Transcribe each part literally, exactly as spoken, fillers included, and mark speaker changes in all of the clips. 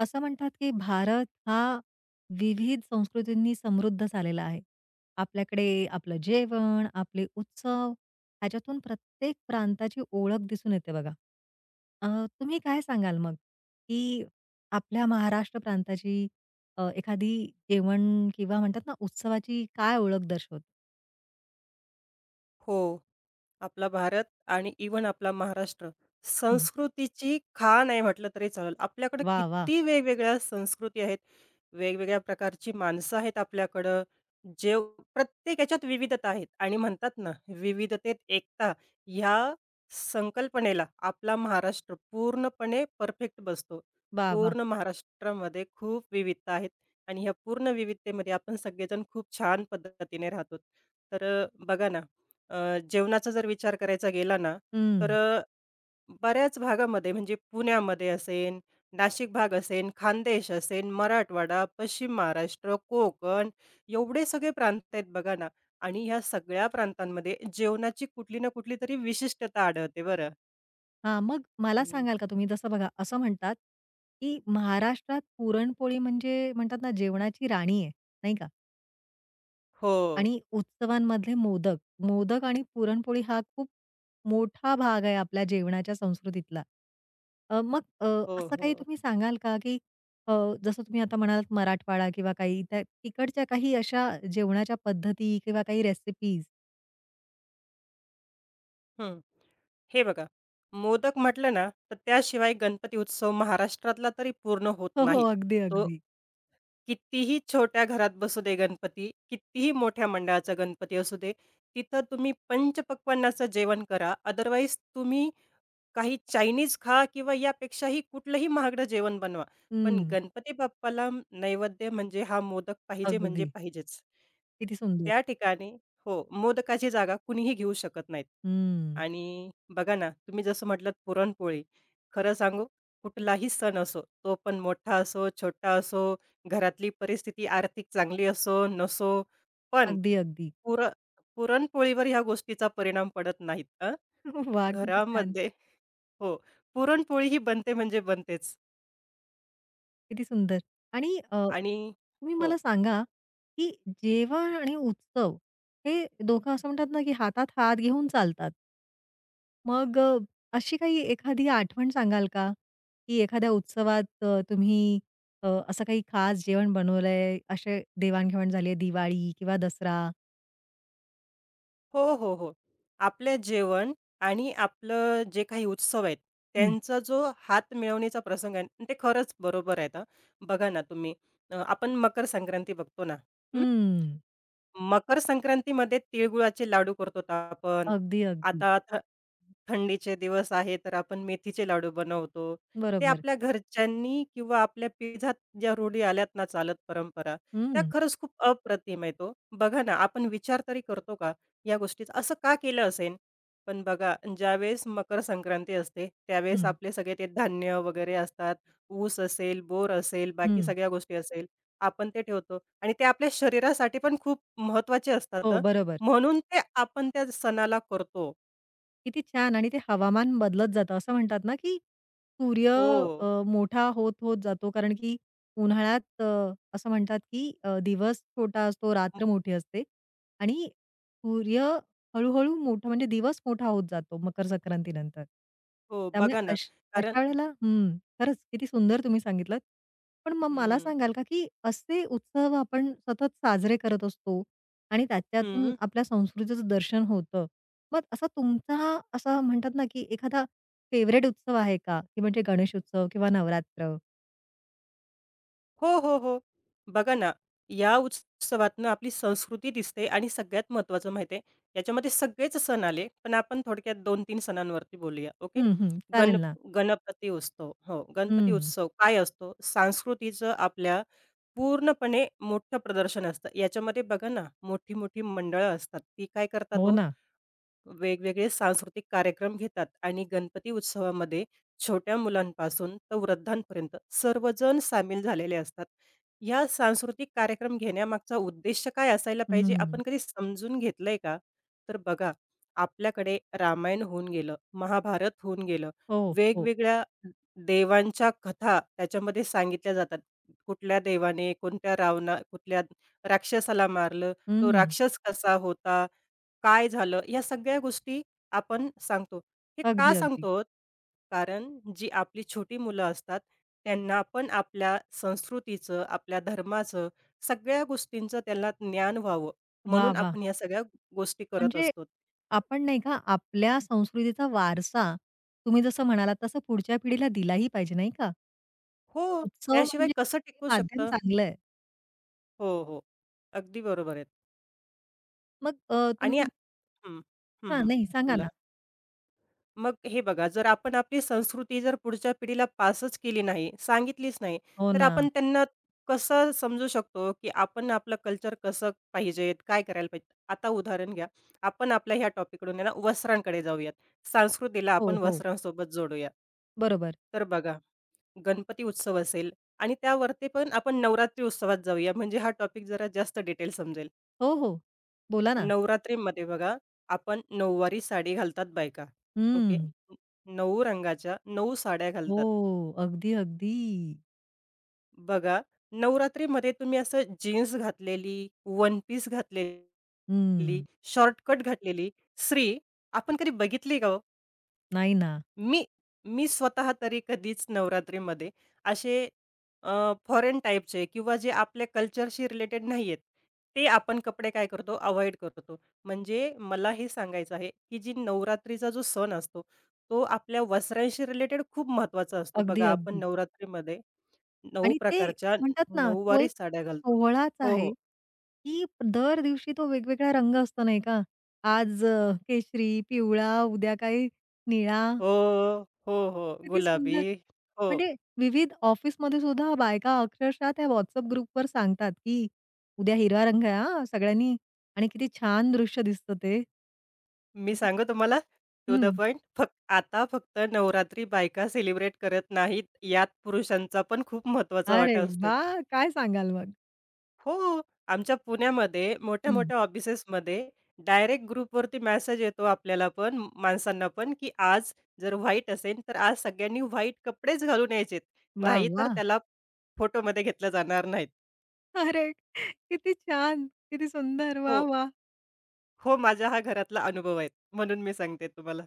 Speaker 1: असं म्हणतात, की भारत हा विविध संस्कृतींनी समृद्ध झालेला आहे. आपल्याकडे आपलं जेवण, आपले उत्सव ह्याच्यातून प्रत्येक प्रांताची ओळख दिसून येते बघा. अ, तुम्ही काय सांगाल मग, की आपल्या महाराष्ट्र प्रांताची अ, एखादी जेवण किंवा म्हणतात ना, उत्सवाची काय ओळख दर्शवते?
Speaker 2: हो. आपला भारत आणि इवन आपला महाराष्ट्र,
Speaker 1: हं.
Speaker 2: संस्कृतीची खाण आहे म्हटलं तरी चालेल. आपल्याकडे
Speaker 1: वाह! वाह!
Speaker 2: किती वेगवेगळ्या संस्कृती आहेत, वेगवेगळ्या प्रकारची माणसं आहेत आपल्याकडं. जे प्रत्येक याच्यात विविधता आहेत आणि म्हणतात ना, विविधतेत एकता ह्या संकल्पनेला आपला महाराष्ट्र पूर्णपणे परफेक्ट बसतो.
Speaker 1: वाह! वाह!
Speaker 2: पूर्ण महाराष्ट्रामध्ये खूप विविधता आहेत आणि ह्या पूर्ण विविधतेमध्ये आपण सगळेजण खूप छान पद्धतीने राहतो. तर बघा ना, अ, जेवणाचा जर विचार करायचा गेला ना, तर अ, बऱ्याच भागामध्ये म्हणजे पुण्यामध्ये असेन, नाशिक भाग असेन, खान्देश असेन, मराठवाडा, पश्चिम महाराष्ट्र, कोकण एवढे सगळे प्रांत आहेत बघा ना आणि ह्या सगळ्या प्रांतांमध्ये जेवणाची कुठली ना कुठली तरी विशिष्टता आढळते बरं.
Speaker 1: हां, मग मला
Speaker 2: हं.
Speaker 1: सांगाल का तुम्ही जसं बघा असं म्हणतात, की महाराष्ट्रात पुरणपोळी म्हणजे म्हणतात ना जेवणाची राणी आहे, नाही का?
Speaker 2: हो.
Speaker 1: आणि उत्सवांमधले मोदक, मोदक आणि पुरणपोळी हा खूप मोठा भाग आहे आपल्या जेवणाच्या संस्कृतीतला. अ, मग अ,
Speaker 2: हो,
Speaker 1: असं काही
Speaker 2: हो.
Speaker 1: तुम्ही सांगाल का, की अ, जसं तुम्ही आता म्हणालात मराठवाडा किंवा काही त्या तिकडच्या काही अशा जेवणाच्या पद्धती किंवा काही रेसिपीज?
Speaker 2: हं. हे बघा, मोदक म्हटलं ना, तर त्याशिवाय गणपती उत्सव महाराष्ट्रातला तरी पूर्ण होत
Speaker 1: हो, हो.
Speaker 2: नाही.
Speaker 1: अगदी,
Speaker 2: तो
Speaker 1: अगदी.
Speaker 2: कितीही छोट्या घरात बसू दे गणपती, कितीही मोठ्या मंडळाचा गणपती असू दे, तिथं तुम्ही पंचपक्वान्नाचं जेवण करा. अदरवाईज तुम्ही काही चायनीज खा किंवा यापेक्षाही कुठलंही महागडं जेवण बनवा. पण
Speaker 1: हं,
Speaker 2: गणपती बाप्पाला नैवेद्य म्हणजे हा मोदक पाहिजे म्हणजे
Speaker 1: अगदी.
Speaker 2: पाहिजेच.
Speaker 1: किती सुंदर.
Speaker 2: त्या ठिकाणी हो, मोदकाची जागा कुणीही घेऊ शकत नाहीत.
Speaker 1: हं.
Speaker 2: आणि बघा ना, तुम्ही जसं म्हटलात पुरणपोळी. खरं सांगू, कुठलाही सण असो, तो पण मोठा असो, छोटा असो, घरातली परिस्थिती आर्थिक चांगली असो, नसो, पण
Speaker 1: अगदी, अगदी.
Speaker 2: पुर पुरणपोळीवर ह्या गोष्टीचा परिणाम पडत नाहीत. अ,
Speaker 1: वा, किती छान,
Speaker 2: घरामध्ये हो. पुरणपोळी ही बनते म्हणजे बनतेच
Speaker 1: किती सुंदर. आणि अ,
Speaker 2: आणि
Speaker 1: तुम्ही
Speaker 2: हो.
Speaker 1: मला सांगा, की जेवण आणि उत्सव हे दोघं असं म्हणतात ना, की हातात हात घेऊन चालतात. मग अ, अशी काही एखादी आठवण सांगाल का? की एखाद्या उत्सवात अ, तुम्ही अ, असं काही खास जेवण बनवलंय, असे देवाण झाली आहे, दिवाळी किंवा दसरा?
Speaker 2: हो, हो, हो. आपले जेवण आणि आपलं जे काही उत्सव आहेत,
Speaker 1: हं.
Speaker 2: त्यांचा जो हात मिळवणीचा प्रसंग आहे आणि ते खरंच बरोबर आहेत हां. बघा ना तुम्ही, अ, आपण मकर संक्रांती बघतो ना, हं?
Speaker 1: हं.
Speaker 2: मकर संक्रांतीमध्ये तिळगुळाचे लाडू करतो आपण.
Speaker 1: अगदी, अगदी.
Speaker 2: आता थ थंडीचे दिवस आहे, तर आपण मेथीचे लाडू बनवतो. ते
Speaker 1: बरोबर.
Speaker 2: आपल्या घरच्यांनी किंवा आपल्या पिढ्यात ज्या रूढी आल्यात ना चालत परंपरा, त्या
Speaker 1: हं,
Speaker 2: खरंच खूप अप्रतिम आहेत तो, बघा ना, आपण विचार तरी करतो का या गोष्टीचा? असं का केलं असेल? पण बघा, ज्यावेळेस मकर संक्रांती असते, त्यावेळेस
Speaker 1: हं,
Speaker 2: आपले सगळे ते धान्य वगैरे असतात. ऊस असेल, बोर असेल, बाकी
Speaker 1: हं.
Speaker 2: सगळ्या गोष्टी असेल. आपण ते ठेवतो आणि ते आपल्या शरीरासाठी पण खूप महत्वाचे असतात
Speaker 1: हो,
Speaker 2: हं.
Speaker 1: बरोबर.
Speaker 2: म्हणून ते आपण त्या सणाला करतो.
Speaker 1: किती छान आणि ते हवामान बदलत जातं. असं म्हणतात ना, की सूर्य
Speaker 2: हो.
Speaker 1: अ, मोठा होत, होत जातो कारण की उन्हाळ्यात अ, असं म्हणतात, की अ, दिवस छोटा असतो,
Speaker 2: अ,
Speaker 1: रात्र मोठी असते आणि सूर्य हळू मोठा म्हणजे दिवस मोठा होत जातो मकर संक्रांतीनंतर.
Speaker 2: हो,
Speaker 1: त्यामुळे
Speaker 2: बघा ना.
Speaker 1: अश
Speaker 2: कारण
Speaker 1: अशा वेळेला हं, खरंच किती सुंदर तुम्ही सांगितलंत. पण मग मला
Speaker 2: हं,
Speaker 1: सांगाल का, की असे उत्सव आपण सतत साजरे करत असतो आणि त्याच्यातून
Speaker 2: हं.
Speaker 1: आपल्या संस्कृतीचं दर्शन होतं. मग असा तुमचा असा म्हणतात ना, की एखादा फेवरेट उत्सव आहे का? की म्हणजे गणेश उत्सव किंवा नवरात्र?
Speaker 2: हो, हो, हो. बघा ना, या उत्सवातनं आपली संस्कृती दिसते आणि सगळ्यात महत्त्वाचं माहिती आहे, याच्यामध्ये सगळेच सण आले, पण आपण थोडक्यात दोन-तीन सणांवरती बोलूया. ओके.
Speaker 1: हं, हं.
Speaker 2: गण
Speaker 1: चालेल ना.
Speaker 2: गणपती उत्सव हो, गणपती
Speaker 1: हं.
Speaker 2: उत्सव काय असतो? संस्कृतीचं आपल्या पूर्णपणे मोठं प्रदर्शन असतं. याच्यामध्ये बघा ना, मोठी-मोठी मंडळं असतात. ती काय करतात
Speaker 1: हो
Speaker 2: हो,
Speaker 1: ना.
Speaker 2: वेगवेगळे सांस्कृतिक कार्यक्रम घेतात आणि गणपती उत्सवामध्ये छोट्या मुलांपासून तर वृद्धांपर्यंत सर्वजण सामील झालेले असतात. या सांस्कृतिक कार्यक्रम घेण्यामागचा उद्देश काय असायला पाहिजे
Speaker 1: हं.
Speaker 2: आपण कधी समजून घेतलंय का? तर बघा, आपल्याकडे रामायण होऊन गेलं, महाभारत होऊन गेलं,
Speaker 1: हो, हो.
Speaker 2: वेगवेगळ्या देवांच्या कथा त्याच्यामध्ये सांगितल्या जातात. कुठल्या देवाने कोणत्या रावणा कुठल्या राक्षसाला मारलं, तो
Speaker 1: हं.
Speaker 2: राक्षस कसा होता? काय झालं? ह्या सगळ्या गोष्टी आपण सांगतो. हे का
Speaker 1: अगदी, अगदी.
Speaker 2: सांगतो कारण जी आपली छोटी मुलं असतात, त्यांना पण आपल्या संस्कृतीचं, आपल्या धर्माचं, सगळ्या गोष्टींचं त्यांना ज्ञान व्हावं,
Speaker 1: वाह!
Speaker 2: म्हणून
Speaker 1: वाह!
Speaker 2: आपण ह्या सगळ्या गोष्टी करत
Speaker 1: म्हणजे
Speaker 2: असतो.
Speaker 1: आपण नाही का आपल्या संस्कृतीचा वारसा तुम्ही जसं म्हणालात तसं पुढच्या पिढीला दिलाही पाहिजे नाही का?
Speaker 2: हो,
Speaker 1: उत्सव
Speaker 2: त्याशिवाय
Speaker 1: म्हणजे
Speaker 2: कसं
Speaker 1: हे
Speaker 2: टिकू
Speaker 1: माध्यम
Speaker 2: शकतं?
Speaker 1: चांगलं आहे.
Speaker 2: हो, हो. अगदी बरोबर आहेत.
Speaker 1: मग अ,
Speaker 2: आणि
Speaker 1: तुम्ही
Speaker 2: हं, हं,
Speaker 1: हां,
Speaker 2: हं.
Speaker 1: नाही सांगा
Speaker 2: बोला.
Speaker 1: ना.
Speaker 2: मग हे बघा, जर आपण आपली संस्कृती जर पुढच्या पिढीला पासच केली नाही, सांगितलीच नाही,
Speaker 1: हो
Speaker 2: तर
Speaker 1: ना.
Speaker 2: आपण त्यांना कसं समजू शकतो, की आपण आपलं कल्चर कसं पाहिजेत, काय करायला पाहिजे? आता उदाहरण घ्या. आपण आपल्या ह्या टॉपिककडून आहे ना, वस्त्रांकडे जाऊयात. संस्कृतीला आपण
Speaker 1: हो, हो.
Speaker 2: वस्त्रांसोबत जोडूया.
Speaker 1: बरोबर.
Speaker 2: तर बघा, गणपती उत्सव असेल आणि त्यावरती पण आपण नवरात्री उत्सवात जाऊया, म्हणजे हा टॉपिक जरा जास्त डिटेल समजेल.
Speaker 1: हो, हो. बोला ना.
Speaker 2: नवरात्रीमध्ये बघा, आपण नऊवारी साडी घालतात बायका. ओके.
Speaker 1: हं.
Speaker 2: नऊ रंगाच्या नऊ साड्या
Speaker 1: हो.
Speaker 2: घालतात.
Speaker 1: अगदी, अगदी.
Speaker 2: बघा, नवरात्रीमध्ये तुम्ही असं जीन्स घातलेली, वन पीस घातलेली,
Speaker 1: हं.
Speaker 2: शॉर्ट कट घातलेली स्त्री आपण कधी बघितली का हो?
Speaker 1: नाही ना.
Speaker 2: मी मी स्वतः तरी कधीच नवरात्रीमध्ये असे अ, फॉरेन टाईपचे किंवा जे आपल्या कल्चरशी रिलेटेड नाही आहेत, ते आपण कपडे काय करतो, अव्हॉइड करतो. म्हणजे मला हे सांगायचं आहे, की जी नवरात्रीचा जो सण असतो, तो आपल्या वस्त्रांशी रिलेटेड खूप महत्त्वाचा असतो.
Speaker 1: अगदी,
Speaker 2: बघा, आपण
Speaker 1: अगदी.
Speaker 2: नवरात्रीमध्ये नऊ
Speaker 1: आणि ते
Speaker 2: प्रकारच्या
Speaker 1: म्हणतात ना, तो
Speaker 2: नऊवारी
Speaker 1: एक
Speaker 2: साड्या घालतो.
Speaker 1: सोहळाच
Speaker 2: हो,
Speaker 1: आहे,
Speaker 2: हो.
Speaker 1: की दर दिवशी तो वेगवेगळा रंग असतो नाही का? आज अ, केशरी, पिवळा, उद्या काही निळा.
Speaker 2: हो, हो, हो.
Speaker 1: किती
Speaker 2: गुलाबी.
Speaker 1: सुंदर.
Speaker 2: हो.
Speaker 1: म्हणजे विविध ऑफिसमध्ये सुद्धा बायका अक्षरशः त्या WhatsApp ग्रुपवर सांगतात, की "उद्या हिरवा रंग आहे हां, सगळ्यांनी" आणि किती छान दृश्य दिसतं ते.
Speaker 2: मी
Speaker 1: किती
Speaker 2: सांगू तुम्हाला, टू द
Speaker 1: हं.
Speaker 2: पॉइंट फक्त आता फक्त नवरात्री बायका सेलिब्रेट करत नाहीत, यात पुरुषांचा पण खूप महत्त्वाचा
Speaker 1: अरे
Speaker 2: वाटा असतो.
Speaker 1: वाह! काय सांगाल मग?
Speaker 2: हो, आमच्या पुण्यामध्ये
Speaker 1: हं.
Speaker 2: मोठ्या-मोठ्या ऑफिसेसमध्ये डायरेक्ट ग्रुपवरती मेसेज येतो आपल्याला पण, माणसांना पण, की आज जर व्हाईट असेल, तर आज सगळ्यांनी व्हाईट कपडेच घालून यायचेत,
Speaker 1: वाह,
Speaker 2: नाहीतर
Speaker 1: वाह!
Speaker 2: त्याला फोटोमध्ये घेतलं जाणार नाहीत.
Speaker 1: अरे किती छान, किती सुंदर.
Speaker 2: हो,
Speaker 1: वाह, वाह!
Speaker 2: हो, माझा हा घरातला अनुभव आहे, म्हणून मी सांगते तुम्हाला.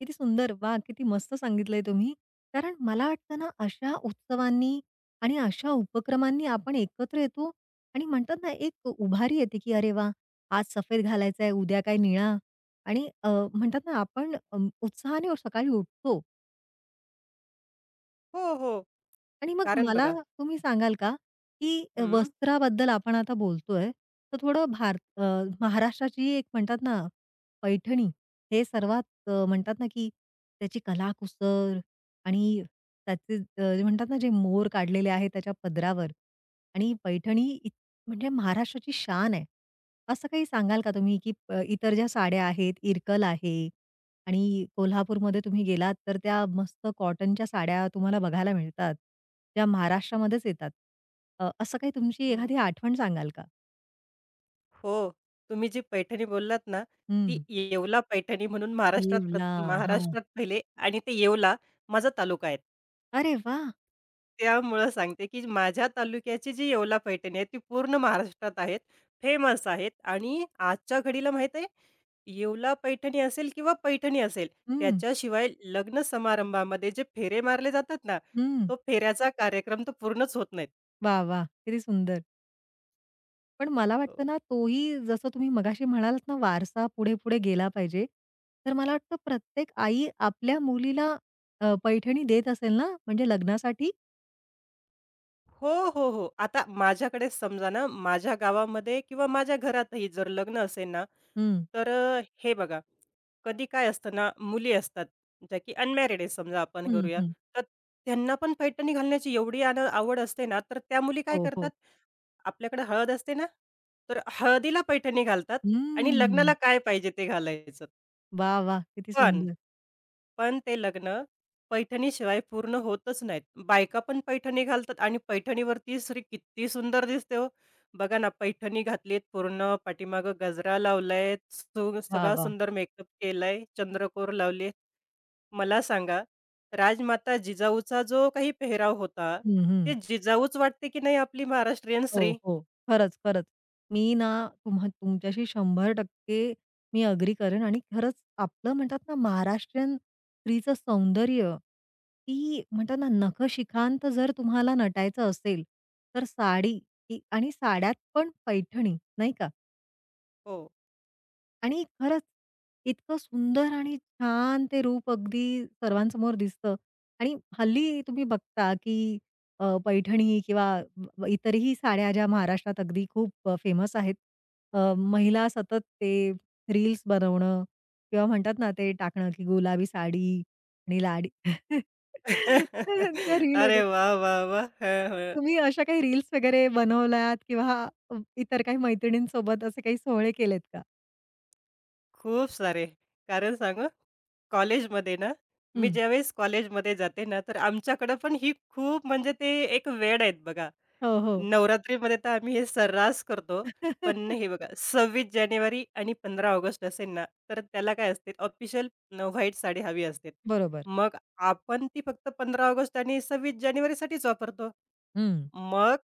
Speaker 1: किती सुंदर. वाह! किती मस्त सांगितलंय तुम्ही. कारण मला वाटतं ना, अशा उत्सवांनी आणि अशा उपक्रमांनी आपण एकत्र येतो आणि म्हणतात ना, एक उभारी येते, की अरे वाह! आज सफेद घालायचा आहे, उद्या काय निळा आणि अ, म्हणतात ना, आपण अ, उत्साहाने सकाळी उठतो.
Speaker 2: हो, हो,
Speaker 1: आणि मग
Speaker 2: कारण
Speaker 1: मला
Speaker 2: बघा
Speaker 1: तुम्ही सांगाल का, की
Speaker 2: हं,
Speaker 1: वस्त्राबद्दल आपण आता बोलतोय, तर थोडं भारत अ, महाराष्ट्राची एक म्हणतात ना, पैठणी हे सर्वात अ, म्हणतात ना, की त्याची कलाकुसर आणि त्याचे अ, जे म्हणतात ना, जे मोर काढलेले आहेत त्याच्या पदरावर आणि पैठणी इत म्हणजे महाराष्ट्राची शान आहे. असं काही सांगाल का तुम्ही, की अ, इतर ज्या साड्या आहेत, इरकल आहे आणि कोल्हापूरमध्ये तुम्ही गेलात तर त्या मस्त कॉटनच्या साड्या तुम्हाला बघायला मिळतात, ज्या महाराष्ट्रामध्येच येतात. अ, असं काही तुमची
Speaker 2: हं.
Speaker 1: एखादी आठवण सांगाल का?
Speaker 2: हो. तुम्ही जी पैठणी बोललात ना, ती
Speaker 1: हं.
Speaker 2: येवला पैठणी म्हणून महाराष्ट्रात प्र
Speaker 1: येवला. हां.
Speaker 2: महाराष्ट्रात पहिले आणि ते येवला माझा तालुका आहे.
Speaker 1: अरे वाह!
Speaker 2: त्यामुळं सांगते, की माझ्या तालुक्याची जी येवला पैठणी आहे, ती पूर्ण महाराष्ट्रात आहेत, फेमस आहेत आणि आजच्या घडीला माहीत आहे, येवला पैठणी असेल किंवा पैठणी असेल,
Speaker 1: हं,
Speaker 2: त्याच्याशिवाय लग्न समारंभामध्ये जे फेरे मारले जातात ना,
Speaker 1: हं.
Speaker 2: तो फेऱ्याचा कार्यक्रम तर पूर्णच होत नाहीत.
Speaker 1: वाह, वाह! किती सुंदर. पण मला
Speaker 2: हो.
Speaker 1: वाटतं ना, तोही जसं तुम्ही मगाशी म्हणालात ना, वारसा पुढे-पुढे गेला पाहिजे. तर मला वाटतं प्रत्येक आई आपल्या मुलीला अ, पैठणी देत असेल ना, म्हणजे लग्नासाठी?
Speaker 2: हो, हो, हो. आता माझ्याकडेच समजा ना, माझ्या गावामध्ये किंवा माझ्या घरातही जर लग्न असेल ना,
Speaker 1: हं,
Speaker 2: तर अ, हे बघा, कधी काय असतं ना, मुली असतात ज्या की अनमॅरिड आहे समजा आपण
Speaker 1: हं,
Speaker 2: करूया,
Speaker 1: हं.
Speaker 2: तर त्यांना पण पैठणी घालण्याची एवढी आन आवड असते ना, तर त्या मुली काय
Speaker 1: हो, हो.
Speaker 2: करतात, आपल्याकडे हळद असते ना, तर हळदीला पैठणी घालतात आणि लग्नाला
Speaker 1: हं.
Speaker 2: काय पाहिजे ते घालायचं.
Speaker 1: वाह! वाह! किती
Speaker 2: पण
Speaker 1: सुंदर.
Speaker 2: पण ते लग्न पैठणीशिवाय पूर्ण होतच नाहीत. बायका पण पैठणी घालतात आणि पैठणीवरती स्त्री किती सुंदर दिसते हो. बघा ना, पैठणी घातलीत पूर्ण, पाठीमागं गजरा लावलाय, सु
Speaker 1: वाह!
Speaker 2: सगळा
Speaker 1: वाह!
Speaker 2: सुंदर मेकअप केलाय, चंद्रकोर लावली. मला सांगा, राजमाता जिजाऊचा जो काही पेहराव होता,
Speaker 1: हं,
Speaker 2: ते
Speaker 1: हं.
Speaker 2: जिजाऊच वाटते की नाही आपली महाराष्ट्रीयन
Speaker 1: हो,
Speaker 2: स्त्री?
Speaker 1: हो. खरंच, खरंच. मी ना तुम्हा तुमच्याशी शंभर टक्के मी अग्री करेन आणि खरंच आपलं म्हणतात ना महाराष्ट्रीयन स्त्रीचं सौंदर्य, ती म्हणतात ना नखशिखांत जर तुम्हाला नटायचं असेल, तर साडी ही आणि साड्यात पण पैठणी, नाही का?
Speaker 2: हो.
Speaker 1: आणि खरंच इतकं सुंदर आणि छान ते रूप अगदी सर्वांसमोर दिसतं आणि हल्ली तुम्ही बघता की अ, पैठणी किंवा ब- इतरही साड्या ज्या महाराष्ट्रात अगदी खूप फेमस आहेत अ, महिला सतत ते रील्स बनवणं किंवा म्हणतात ना ते टाकणं की गुलाबी साडी आणि लाडी त्या रील वगैरे
Speaker 2: अरे वाह, वाह, वाह! हं, हं.
Speaker 1: तुम्ही अशा काही रील्स वगैरे बनवल्यात किंवा इतर काही मैत्रिणींसोबत असे काही सोहळे केलेत का
Speaker 2: खूप सारे. कारण सांगू? कॉलेजमध्ये ना, मी
Speaker 1: हं.
Speaker 2: ज्यावेळेस कॉलेजमध्ये जाते ना, तर आमच्याकडे पण ही खूप म्हणजे ते एक वेड आहेत बघा.
Speaker 1: हो हो
Speaker 2: नवरात्रीमध्ये तर आम्ही हे सर्रास करतो. पण हे बघा, सव्वीस जानेवारी आणि पंधरा ऑगस्ट असेल ना, तर त्याला काय असते ऑफिशियल व्हाईट साडी हवी असते.
Speaker 1: बरोबर.
Speaker 2: मग आपण ती फक्त पंधरा ऑगस्ट आणि सव्वीस जानेवारीसाठीच वापरतो.
Speaker 1: हं,
Speaker 2: मग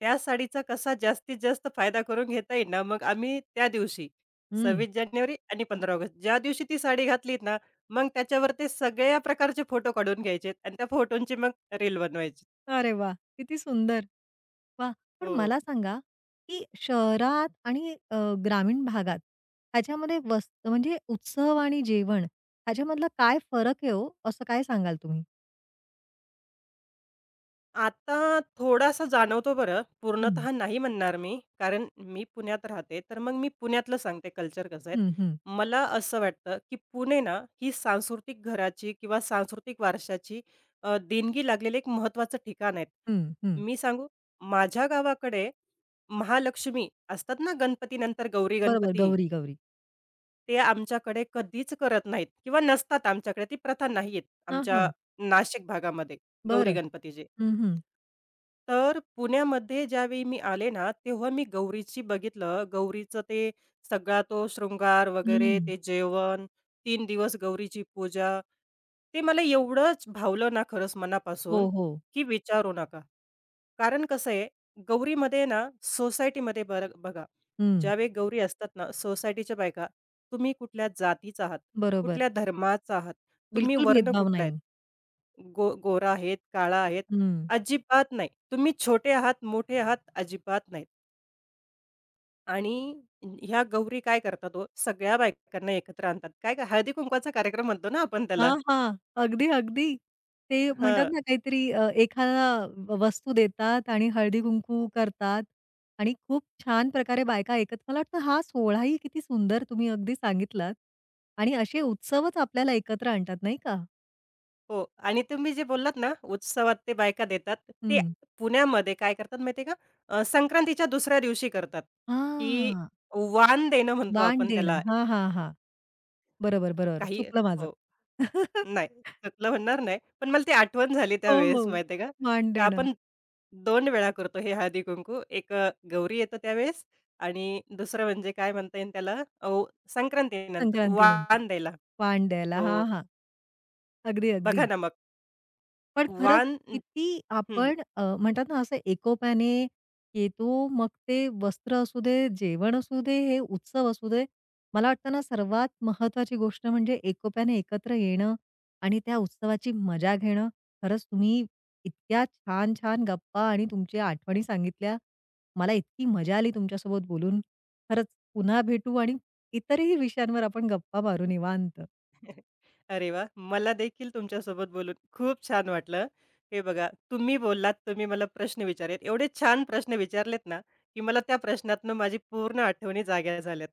Speaker 2: त्या साडीचा कसा जास्तीत जास्त फायदा करून घेता येईल ना, मग आम्ही त्या दिवशी
Speaker 1: हं.
Speaker 2: सव्वीस जानेवारी आणि पंधरा ऑगस्ट ज्या दिवशी ती साडी घातलीत ना, मग त्याच्यावर ते सगळ्या प्रकारचे फोटो काढून घ्यायचेत आणि त्या फोटोंची मग रील बनवायची.
Speaker 1: अरे वा, किती सुंदर. वा, पण
Speaker 2: हो.
Speaker 1: मला सांगा, की शहरात आणि अ, ग्रामीण भागात ह्याच्यामध्ये वस्त, म्हणजे उत्सव आणि जेवण ह्याच्यामधला काय फरक आहे हो? असं काय सांगाल तुम्ही?
Speaker 2: आता थोडासा जाणवतो बरं,
Speaker 1: हं.
Speaker 2: पूर्णतः नाही म्हणणार मी. कारण मी पुण्यात राहते, तर मग मी पुण्यातलं सांगते कल्चर कसं आहे.
Speaker 1: हं, हं,
Speaker 2: मला असं वाटतं, की पुणे ना ही सांस्कृतिक घराची किंवा सांस्कृतिक वारशाची अ, देणगी लागलेलं एक महत्त्वाचं ठिकाण आहे.
Speaker 1: हं, हं.
Speaker 2: मी सांगू, माझ्या गावाकडे महालक्ष्मी असतात ना गणपतीनंतर गौरी
Speaker 1: बरोबर.
Speaker 2: गणपती,
Speaker 1: गौरी, गौरी.
Speaker 2: ते आमच्याकडे कधीच करत नाहीत किंवा नसतात आमच्याकडे. ती प्रथा नाही
Speaker 1: हां,
Speaker 2: आमच्या
Speaker 1: हां.
Speaker 2: नाशिक भागामध्ये गौरी
Speaker 1: बरं.
Speaker 2: गणपतीची.
Speaker 1: हं, हं.
Speaker 2: तर पुण्यामध्ये ज्यावेळी मी आले ना, तेव्हा मी गौरीची बघितलं. गौरीचं ते सगळा तो शृंगार वगैरे,
Speaker 1: हं.
Speaker 2: ते जेवण, तीन दिवस गौरीची पूजा. ते मला एवढंच भावलं ना खरंच
Speaker 1: हो,
Speaker 2: मनापासून,
Speaker 1: हो.
Speaker 2: की विचारू नका. कारण कसं आहे, गौरीमध्ये ना सोसायटीमध्ये बर बघा,
Speaker 1: हं.
Speaker 2: ज्यावेळी गौरी असतात ना, सोसायटीच्या बायका, तुम्ही कुठल्या जातीचा आहात,
Speaker 1: बरोबर.
Speaker 2: कुठल्या धर्माचा आहात, तुम्ही
Speaker 1: बिलकुल
Speaker 2: वर्ण
Speaker 1: भेदभाव
Speaker 2: कुठला
Speaker 1: नाही.
Speaker 2: आहेत. गो गोरा आहेत, काळा आहेत, अजिबात नाही. तुम्ही छोटे आहात, मोठे आहात, अजिबात नाहीत. आणि ह्या गौरी काय करतात ओ, सगळ्या बायकांना एकत्र आणतात. काय हळदी-कुंकवाचा कार्यक्रम म्हणतो ना आपण त्याला.
Speaker 1: हां, हां. अगदी, अगदी. ते म्हणतात
Speaker 2: हां,
Speaker 1: ना काहीतरी अ, एखादा व वस्तू देतात आणि हळदी-कुंकू करतात आणि खूप छान प्रकारे बायका एकत्र मला वाटतं हा सोहळाही किती सुंदर तुम्ही अगदी सांगितलात आणि असे उत्सवच आपल्याला एकत्र आणतात नाही का?
Speaker 2: हो. आणि तुम्ही जे बोललात ना, उत्सवात ते बायका देतात, ते
Speaker 1: हं.
Speaker 2: पुण्यामध्ये काय करतात माहिती का, अ, संक्रांतीच्या दुसऱ्या दिवशी करतात, की
Speaker 1: हां.
Speaker 2: वाण देणं म्हणतो
Speaker 1: दान
Speaker 2: आपण
Speaker 1: देणं.
Speaker 2: त्याला.
Speaker 1: हां, हां, हां. बरोबर, बरोबर.
Speaker 2: काही
Speaker 1: चुकलं माझं.
Speaker 2: हो. नाही, चुकलं म्हणणार नाही. पण मला ती आठवण झाली
Speaker 1: हो, हो.
Speaker 2: त्यावेळेस माहिती आहे का?
Speaker 1: वाण
Speaker 2: का
Speaker 1: देणं.
Speaker 2: आपण दोन वेळा करतो हे हळदी-कुंकू. एक अ, गौरी येतं त्यावेळेस आणि दुसरं म्हणजे काय म्हणता येईल त्याला अ, संक्रांतीनंतर
Speaker 1: संक्रांतीनंतर.
Speaker 2: वाण द्यायला.
Speaker 1: वाण द्यायला.
Speaker 2: हो,
Speaker 1: हां, हां. अगदी, अगदी.
Speaker 2: बघा ना मग
Speaker 1: पण खरंच
Speaker 2: वाण
Speaker 1: किती
Speaker 2: हं.
Speaker 1: आपण अ, म्हणतात ना असं एकोप्याने येतो, मग ते वस्त्र असू दे, जेवण असू दे, हे उत्सव असू दे. मला वाटतं ना सर्वात महत्वाची गोष्ट म्हणजे एकोप्याने एकत्र येणं आणि त्या उत्सवाची मजा घेणं. खरंच तुम्ही इतक्या छान-छान गप्पा आणि तुमच्या आठवणी सांगितल्या. मला इतकी मजा आली तुमच्यासोबत बोलून. खरंच पुन्हा भेटू आणि इतरही विषयांवर आपण गप्पा मारू निवांत.
Speaker 2: अरे वा, मला देखील तुमच्यासोबत बोलून खूप छान वाटलं. हे बघा, तुम्ही बोललात, तुम्ही मला प्रश्न विचारलेत. एवढे छान प्रश्न विचारलेत ना, की मला त्या प्रश्नातनं माझी पूर्ण आठवणी जाग्या झाल्यात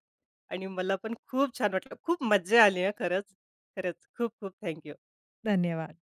Speaker 2: आणि मला पण खूप छान वाटलं. खूप मज्जा आली हं खरंच. खरंच, खूप खूप थँक
Speaker 1: धन्यवाद.